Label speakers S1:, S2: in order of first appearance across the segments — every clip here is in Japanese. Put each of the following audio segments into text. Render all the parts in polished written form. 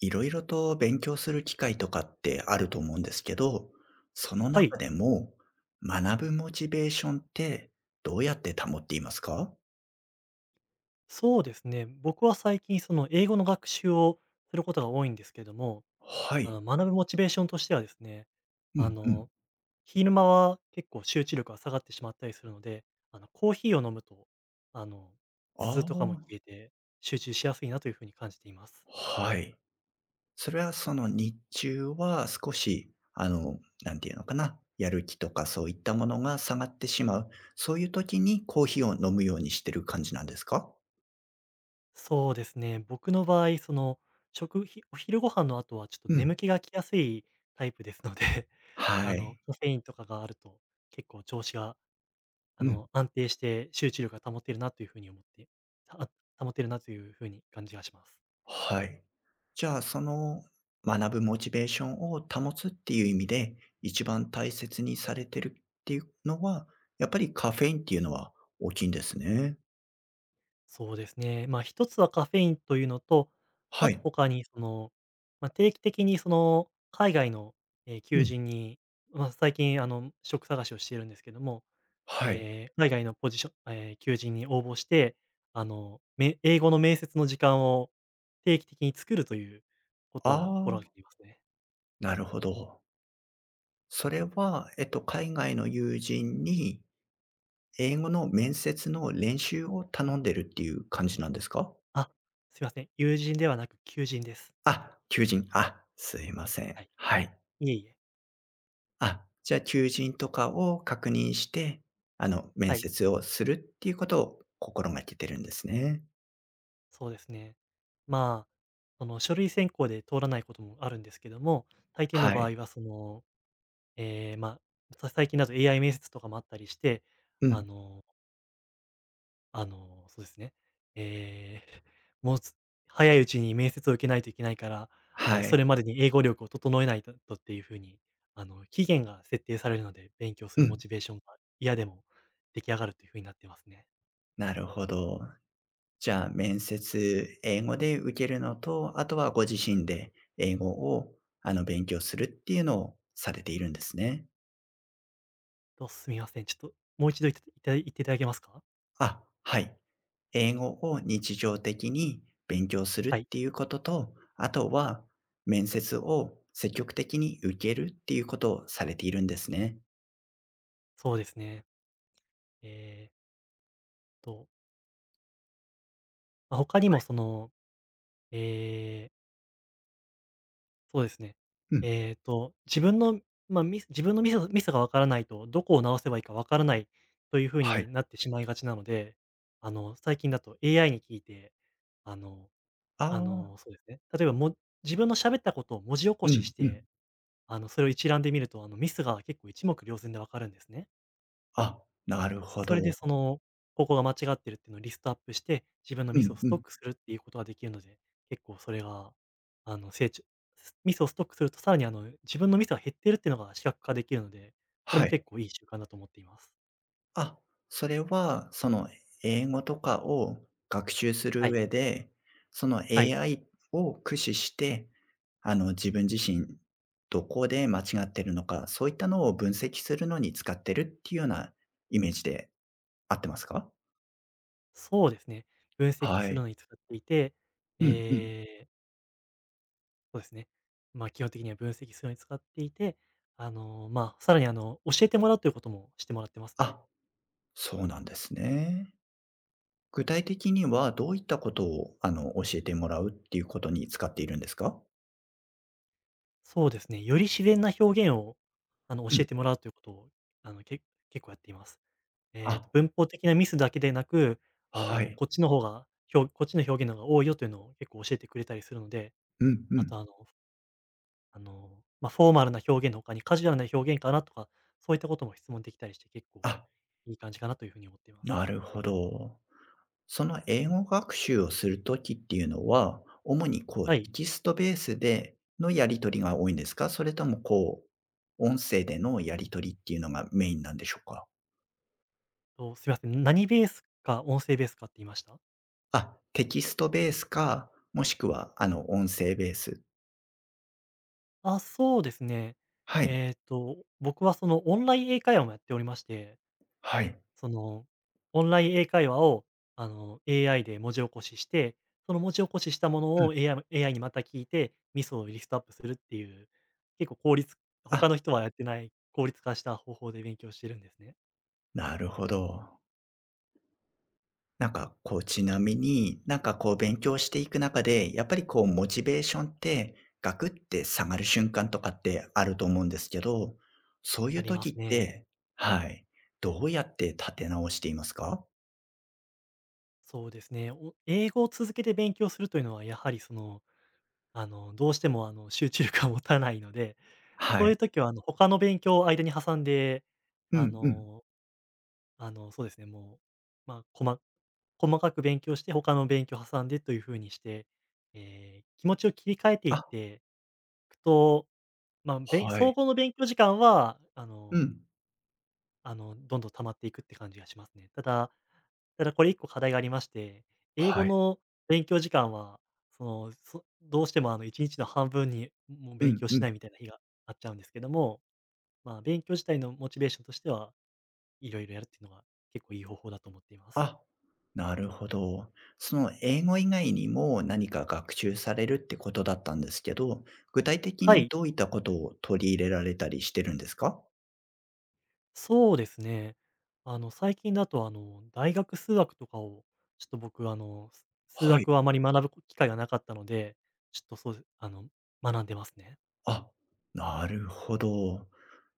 S1: いろいろと勉強する機会とかってあると思うんですけど、その
S2: は
S1: 中
S2: い、
S1: でも学ぶモチベーションってどうやって保っていますか？
S2: そうですね。僕は最近、その英語の学習をすることが多いんですけども、
S1: はい。
S2: 学ぶモチベーションとしてはですね、
S1: う
S2: あ
S1: んうん。
S2: の、昼間は結構集中力が下がってしまったりするので、コーヒーを飲むと、あの、頭痛
S1: ああ、
S2: とかも消えて集中しやすいなというふうに感じています。
S1: はい。それはその日中は少しなんていうのかな、やる気とかそういったものが下がってしまう、そういう時にコーヒーを飲むようにしてる感じなんですか？
S2: そうですね。僕の場合、お昼ご飯の後はちょっと
S1: うん。
S2: 眠気がきやすいタイプですので、
S1: はい。
S2: カフェインとかがあると結構調子が
S1: うん。
S2: 安定して集中力が保てるなというふうに思って、た保てるなというふうに感じがします。
S1: はい。じゃあ、その学ぶモチベーションを保つっていう意味で、一番大切にされてるっていうのは、やっぱりカフェインっていうのは大きいんですね。
S2: そうですね。まあ、一つはカフェインというのと、
S1: は
S2: あと
S1: い。
S2: 他にその、まあ、定期的にその、海外の、え、
S1: う
S2: 求
S1: ん。
S2: 人に、まあ、最近職探しをしているんですけども、
S1: はい。
S2: えー海外のポジションえー求人に応募して、英語の面接の時間を定期的に作るというこ
S1: あ
S2: とを心がけ
S1: あ、
S2: ていますね。
S1: なるほど。それは、海外の友人に英語の面接の練習を頼んでるっていう感じなんですか？
S2: あ、すいません、友人ではなく求人です。
S1: あ、求人。あ、すいません。
S2: はい。
S1: はい。
S2: いえいえ、
S1: あ、じゃあ求人とかを確認して、面
S2: はい、
S1: 接をするっていうことを心がけてるんですね。
S2: そうですね。まあ、その書類選考で通らないこともあるんですけども、大抵の
S1: は
S2: 場
S1: い。
S2: 合はその、えーま最近だと AI 面接とかもあったりして、
S1: う
S2: あ
S1: ん。
S2: のあの、そうですね、えー もうす 早いうちに面接を受けないといけないから、あ
S1: は
S2: の、
S1: い。
S2: それまでに英語力を整えないととっていうふうに、あの、期限が設定されるので、勉強す
S1: う
S2: るモ
S1: ん。
S2: チベーションが嫌でも出来上がるというふうになってますね。
S1: なるほど。じゃあ面接、英語で受けるのと、あとはご自身で英語を、勉強するっていうのをされているんですね。
S2: どうすみません、ちょっともう一度いたいた言っていただけますか？
S1: あ、はい。英語を日常的に勉強するっ
S2: はい、
S1: ていうことと、あとは面接を積極的に受けるっていうことをされているんですね。
S2: そうですね。えーっと、まあ、他に
S1: は
S2: もそ
S1: い。
S2: の、えーそうですね。
S1: うん。
S2: えーっと、自分の、まあ、自分のミスがわからないと、どこを直せばいいかわからないというふう
S1: は
S2: に
S1: い。
S2: なってしまいがちなので、あの、最近だと AI に聞いて、あの
S1: あ
S2: あ
S1: あ、
S2: の、そうですね、例えば、自分の喋ったことを文字起こ
S1: う
S2: し
S1: ん
S2: し
S1: うん。
S2: て、あの、それを一覧で見ると、あの、ミスが結構一目瞭然でわかるんですね。
S1: あ、なるほ
S2: そ
S1: ど。
S2: れでその、ここが間違ってるっていうのをリストアップして、自分の
S1: う
S2: ミスを
S1: ん
S2: ス
S1: う
S2: ト
S1: ん。
S2: ックするっていうことができるので、結構それが、あの、成長ミスをストックするとさらにあの、自分のミスが減ってるっていうのが視覚化できるので、これ
S1: は
S2: も
S1: い。
S2: 結構いい習慣だと思っています。
S1: あ、それは、英語とかを学習する
S2: はい。
S1: 上で、その
S2: はい。
S1: AI を駆使して、自分自身どこで間違ってるのか、そういったのを分析するのに使ってるっていうようなイメージで合ってますか？
S2: そうですね。分析
S1: は
S2: する
S1: い。
S2: のに使っていて、
S1: うんうん。
S2: えーそうですね。まあ、基本的には分析するのに使っていて、あの、まあ、さらにあの、教えてもらうということもしてもらってますね。
S1: あ、そうなんですね。具体的にはどういったことを、教えてもらうっていうことに使っているんですか？
S2: そうですね。より自然な表現を、あの、
S1: う
S2: 教
S1: ん。
S2: えてもらうということを、あの、け結構やっています。えー
S1: あ、
S2: と、文法的なミスだけでなく、あ
S1: は
S2: の、
S1: い。
S2: こっちの表現の方が多いよというのを結構教えてくれたりするので、
S1: うんう
S2: あと、
S1: ん。
S2: あの、まあ、フォーマルな表現の他にカジュアルな表現かなとか、そういったことも質問できたりして結構
S1: あ、
S2: いい感じかなというふうに思っています。
S1: なるほど。その英語学習をするときっていうのは、主にこう
S2: はい。
S1: テキストベースでのやり取りが多いんですか？それともこう、音声でのやり取りっていうのがメインなんでしょうか？
S2: と、すみません、何ベースか音声ベースかって言いました？
S1: あ、テキストベースか、もしくはあの音声ベース。
S2: あ、そうですね。
S1: はい、
S2: えっと、僕はそのオンライン英会話もやっておりまして、
S1: はい。
S2: その、オンライン英会話を、あの、AI で文字起こしして、その文字起こししたも
S1: う
S2: の
S1: ん。
S2: を AI にまた聞いて、ミスをリストアップするっていう、結構効率
S1: あ、
S2: 他の人はやってない効率化した方法で勉強してるんですね。
S1: なるほど。なんかこう、ちなみに、なんかこう勉強していく中で、やっぱりこうモチベーションって、ガクって下がる瞬間とかってあると思うんですけど、そうい
S2: あ
S1: う
S2: りま
S1: 時っ
S2: すね。
S1: て、はい、どうやって立て直していますか？
S2: そうですね。英語を続けて勉強するというのは、やはりその、あの、どうしてもあの、集中力が持たないので、
S1: は
S2: そうい
S1: い。
S2: う時はあの、他の勉強を間に挟んで、
S1: う
S2: あ
S1: んうん。
S2: のあの、そうですね、もう、まあ、細細かく勉強して、他の勉強を挟んでという風にして、えー気持ちを切り替えていっ
S1: あ、
S2: ていくと、まあ、
S1: はい。
S2: 総合の勉強時間は、
S1: うん。
S2: あの、どんどん溜まっていくって感じがしますね。ただこれ1個課題がありまして、英語
S1: はい。
S2: の勉強時間は、どうしてもあの1日の半分に、もう
S1: う
S2: 勉
S1: ん
S2: 強
S1: う
S2: しない
S1: ん。
S2: みたいな日があっちゃうんですけども、まあ、勉強自体のモチベーションとしては、いろいろやるっていうのが結構いい方法だと思っています。
S1: あ、なるほど。その英語以外にも何か学習されるってことだったんですけど、具体的
S2: は
S1: に
S2: い。
S1: どういったことを取り入れられたりしてるんですか？
S2: そうですね。あの、最近だと、あの、大学数学とかを、ちょっと僕、数
S1: はい。
S2: 学はあまり学ぶ機会がなかったので、ちょっとそうであの、学んでますね。
S1: あ、なるほど。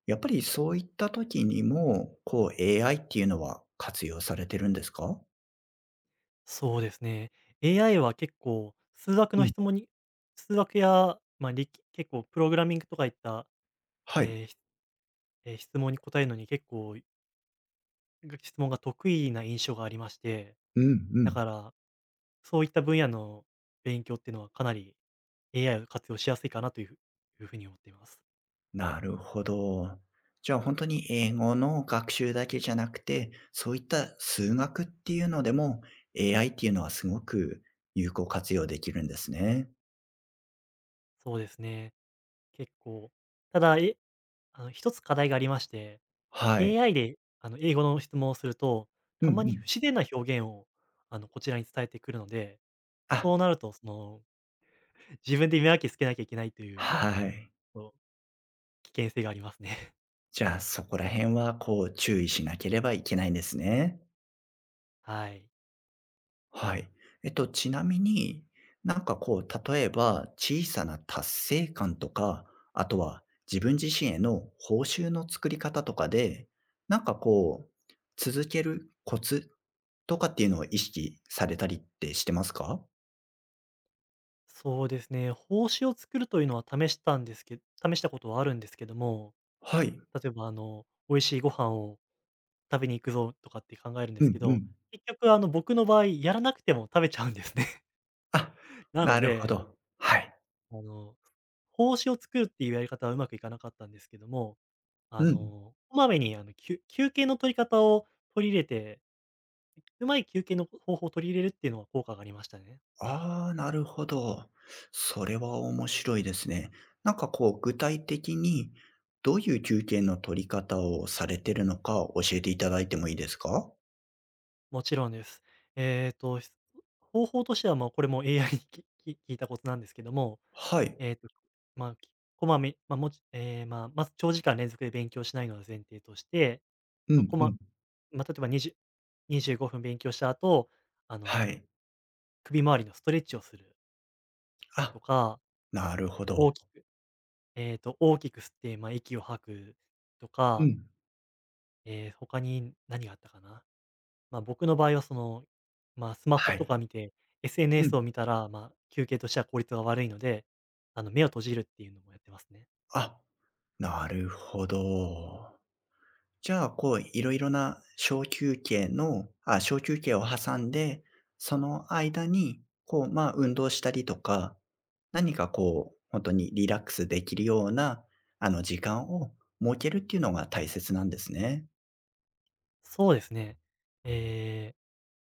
S1: やっぱりそういった時にも、こう AI っていうのは活用されてるんですか？
S2: そうですね。AI は結構、数学
S1: う
S2: の
S1: ん、
S2: 質問に数学や、結構プログラミングとかいった、
S1: はい。
S2: えーひえー質問に答えるのに結構、質問が得意な印象がありまして、
S1: うんう
S2: だ
S1: ん。
S2: から、そういった分野の勉強っていうのはかなり AI を活用しやすいかなといういうふうに思っています。
S1: なるほど。じゃあ本当に英語の学習だけじゃなくて、そういった数学っていうのでも、AI っていうのはすごく有効活用できるんですね。
S2: そうですね。結構。ただ、あの、一つ課題がありまして、
S1: はい。
S2: AI で、あの、英語の質問をすると、
S1: うん
S2: た
S1: う
S2: まに不
S1: ん。
S2: 自然な表現を、あの、こちらに伝えてくるので、
S1: あ、
S2: そうなると、その、自分で見分けつけなきゃいけないという、
S1: はい。
S2: こう、危険性がありますね。
S1: じゃあそこら辺はこう注意しなければいけないんですね。
S2: はい。
S1: はい。ちなみに、なんかこう、例えば小さな達成感とか、あとは自分自身への報酬の作り方とかで、なんかこう、続けるコツとかっていうのを意識されたりってしてますか？
S2: そうですね、奉仕を作るというのは試したんですけど試したことはあるんですけども、
S1: はい。
S2: 例えば、あの、美味しいご飯を食べに行くぞとかって考えるんで
S1: う
S2: すけ
S1: んう
S2: ど、
S1: ん。
S2: 結局、あの、僕の場合、やらなくても食べちゃうんですね。
S1: あ、
S2: なの
S1: なるほ
S2: で
S1: ど。はい。
S2: あの、胞子を作るっていうやり方はうまくいかなかったんですけども、あ
S1: うんうん。
S2: の、こまめに休憩の取り方を取り入れて、うまい休憩の方法を取り入れるっていうのは効果がありましたね。
S1: ああ、なるほど。それは面白いですね。なんかこう、具体的にどういう休憩の取り方をされてるのか教えていただいてもいいですか？
S2: もちろんです。えっと、し方法としては、まあ、これも AI に聞いたことなんですけども、
S1: はい。
S2: えっと、まあ、きこまめまあ、もちえーまあ、まず長時間連続で勉強しないのは前提として、
S1: う
S2: まあ、
S1: ん
S2: こ
S1: う
S2: ま
S1: ん。
S2: まあ、例えば2025分勉強した後、あ
S1: は
S2: の、
S1: い。
S2: 首周りのストレッチをする。
S1: あ、
S2: とか、
S1: なるほど。
S2: 大きく大きく吸って、まあ、息を吐くと
S1: う
S2: か、
S1: ん。
S2: えー他に何があったかな。まあ、僕の場合はその、まあ、スマホ
S1: は
S2: と
S1: い。
S2: か見て、
S1: う
S2: SNS を
S1: ん。
S2: 見たら、まあ、休憩としては効率が悪いので、あの、目を閉じるっていうのもやってますね。
S1: あ、なるほど。じゃあ、こう、いろいろな小休憩を挟んで、その間に、こう、まあ、運動したりとか、何かこう、本当にリラックスできるような、時間を設けるっていうのが大切なんですね。
S2: そうですね。ええ、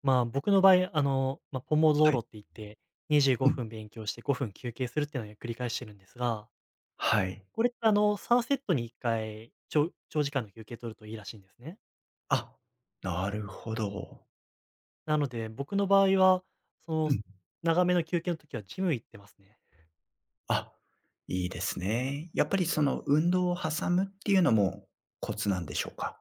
S2: ま、僕の場合、あの、まあ、ポモゾー
S1: は
S2: ロ
S1: い。
S2: って言って、25
S1: うん。
S2: 分勉強して5分休憩するっていうのを繰り返してるんですが、
S1: はい。
S2: これってあの、3セットに1回ちょ長長時間の休憩取るといいらしいんですね。
S1: あ、なるほど。
S2: なので、僕の場合は、そ
S1: う
S2: の、
S1: ん。
S2: 長めの休憩の時はジム行ってますね。
S1: あ、いいですね。やっぱりその運動を挟むっていうのもコツなんでしょうか？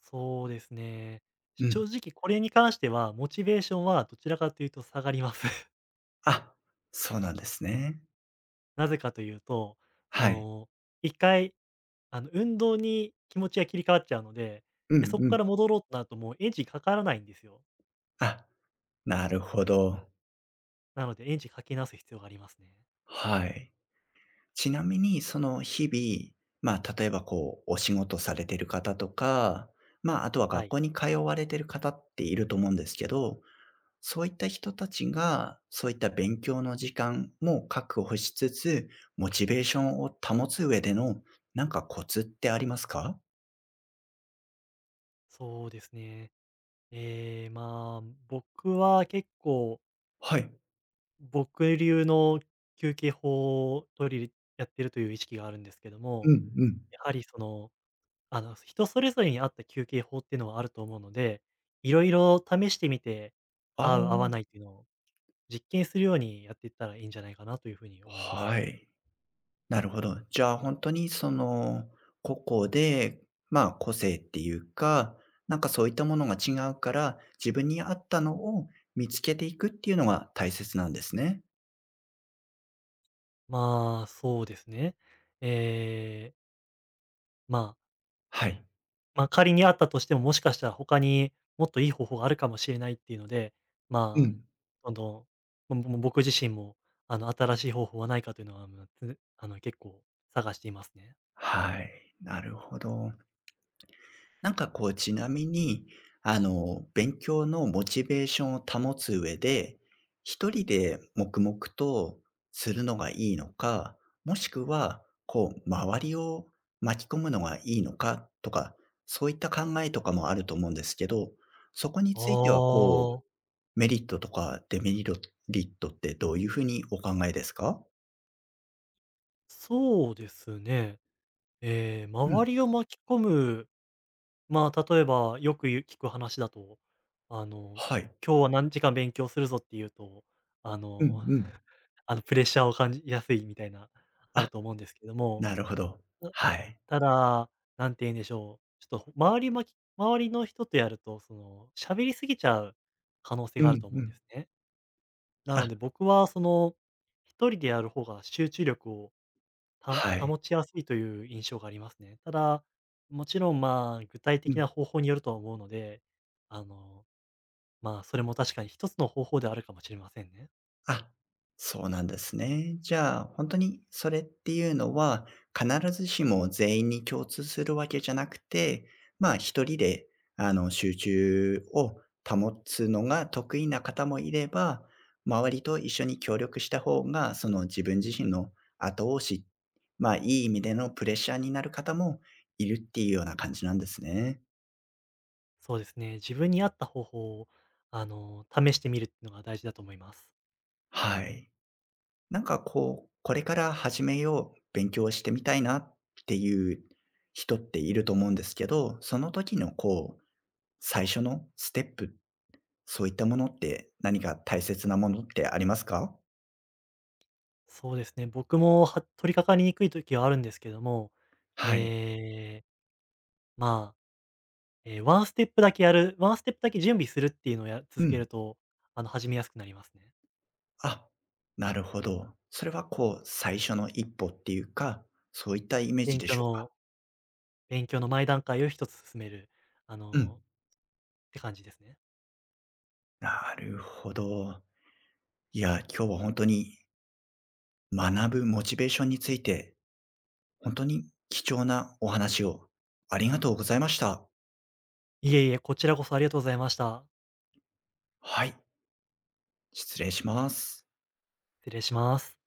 S2: そうですね。
S1: うん。
S2: 正直これに関しては、モチベーションはどちらかというと下がります。
S1: あ、そうなんですね。
S2: なぜかというと、そ
S1: はい。
S2: の、一回、あの、運動に気持ちが切り替わっちゃうので、
S1: う
S2: で、
S1: ん
S2: そこ
S1: う
S2: か
S1: ん。
S2: ら戻ろうとなるともうエンジンかからないんですよ。
S1: あ、なるほど。
S2: なのでエンジンかけ直す必要がありますね。
S1: はい。ちなみに、その日々、まあ、例えばこう、お仕事されてる方とか、まあ、あとは
S2: は
S1: 学
S2: い。
S1: 校に通われてる方っていると思うんですけど、そういった人たちが、そういった勉強の時間も確保しつつ、モチベーションを保つ上での、なんかコツってありますか？
S2: そうですね。ええ、僕は
S1: はい。
S2: 僕流の休憩法を取り入れやってるという意識があるんですけど
S1: う
S2: も、
S1: んうん。
S2: やはりその、あの、人それぞれに合った休憩法っていうのはあると思うので、いろいろ試してみて、
S1: ああ、
S2: 合う合わないっていうのを実験するようにやっていったらいいんじゃないかなというふうに思います。
S1: はい。なるほど。じゃあ、本当に個々で、まあ、個性っていうか、なんかそういったものが違うから、自分に合ったのを見つけていくっていうのが大切なんですね。
S2: まあ、そうですね。ええ、まあ
S1: はい。
S2: まあ、仮にあったとしても、もしかしたら他にもっといい方法があるかもしれないっていうので、
S1: う
S2: まあ、
S1: ん。
S2: どんどん、ぼぼ僕自身も、あの、新しい方法はないかというのは、まあの、つあの、結構探していますね。
S1: はい、なるほど。なんかこう、ちなみに、勉強のモチベーションを保つ上で、一人で黙々とするのがいいのか、もしくは、こう、周りを巻き込むのがいいのかとか、そういった考えとかもあると思うんですけど、そこに
S2: あ
S1: ついてはこう、
S2: あ、
S1: メリットとかデメリットってどういうふうにお考えですか？
S2: そうですね。えー
S1: う
S2: 周
S1: ん。
S2: りを巻き込む、まあ、例えばよく言う聞く話だと、あの、
S1: はい。
S2: 今日は何時間勉強するぞっていうと、あ
S1: うん
S2: の、
S1: うん。
S2: あの、プレッシャーを感じやすいみたいな、ある
S1: あ、
S2: と思うんですけども。
S1: なるほど。はい。
S2: ただ、なんて言うんでしょう、ちょっと周りの人とやると、その、喋りすぎちゃう可能性
S1: う
S2: がある
S1: ん
S2: と思
S1: う
S2: うんで
S1: ん。
S2: すね。なの
S1: あ、
S2: で僕はその、一人でやる方が集中力を
S1: はい。
S2: 保ちやすいという印象がありますね。ただ、もちろん、まあ、具体
S1: う
S2: 的
S1: ん。
S2: な方法によるとは思うので、あの、まあ、それも確かに一つの方法ではあるかもしれませんね。
S1: あ、そうなんですね。じゃあ、本当にそれっていうのは、必ずしも全員に共通するわけじゃなくて、まあ、一人で、集中を保つのが得意な方もいれば、周りと一緒に協力した方が、自分自身の後押し、まあ、いい意味でのプレッシャーになる方もいるっていうような感じなんですね。
S2: そうですね、自分に合った方法を、あの、試してみるっていうのが大事だと思います。
S1: はい。なんかこう、これから始めよう、勉強してみたいなっていう人っていると思うんですけど、その時のこう、最初のステップ、そういったものって何か大切なものってありますか？
S2: そうですね。僕も取り掛かりにくい時はあるんですけども、
S1: はい。
S2: ええ、まあ、えーワンステップだけやる、ワンステップだけ準備するっていうのを
S1: う
S2: 続け
S1: ん。
S2: ると、あの、始めやすくなりますね。
S1: あ、なるほど。それはこう、最初の一歩っていうか、そういったイメージ
S2: 勉
S1: で
S2: 強
S1: しょうか？
S2: の勉強の前段階を一つ進める、あ
S1: うん。
S2: の、って感じですね。
S1: なるほど。いや、今日は本当に学ぶモチベーションについて本当に貴重なお話をありがとうございました。
S2: いえいえ、こちらこそありがとうございました。
S1: はい、失礼します。
S2: 失礼します。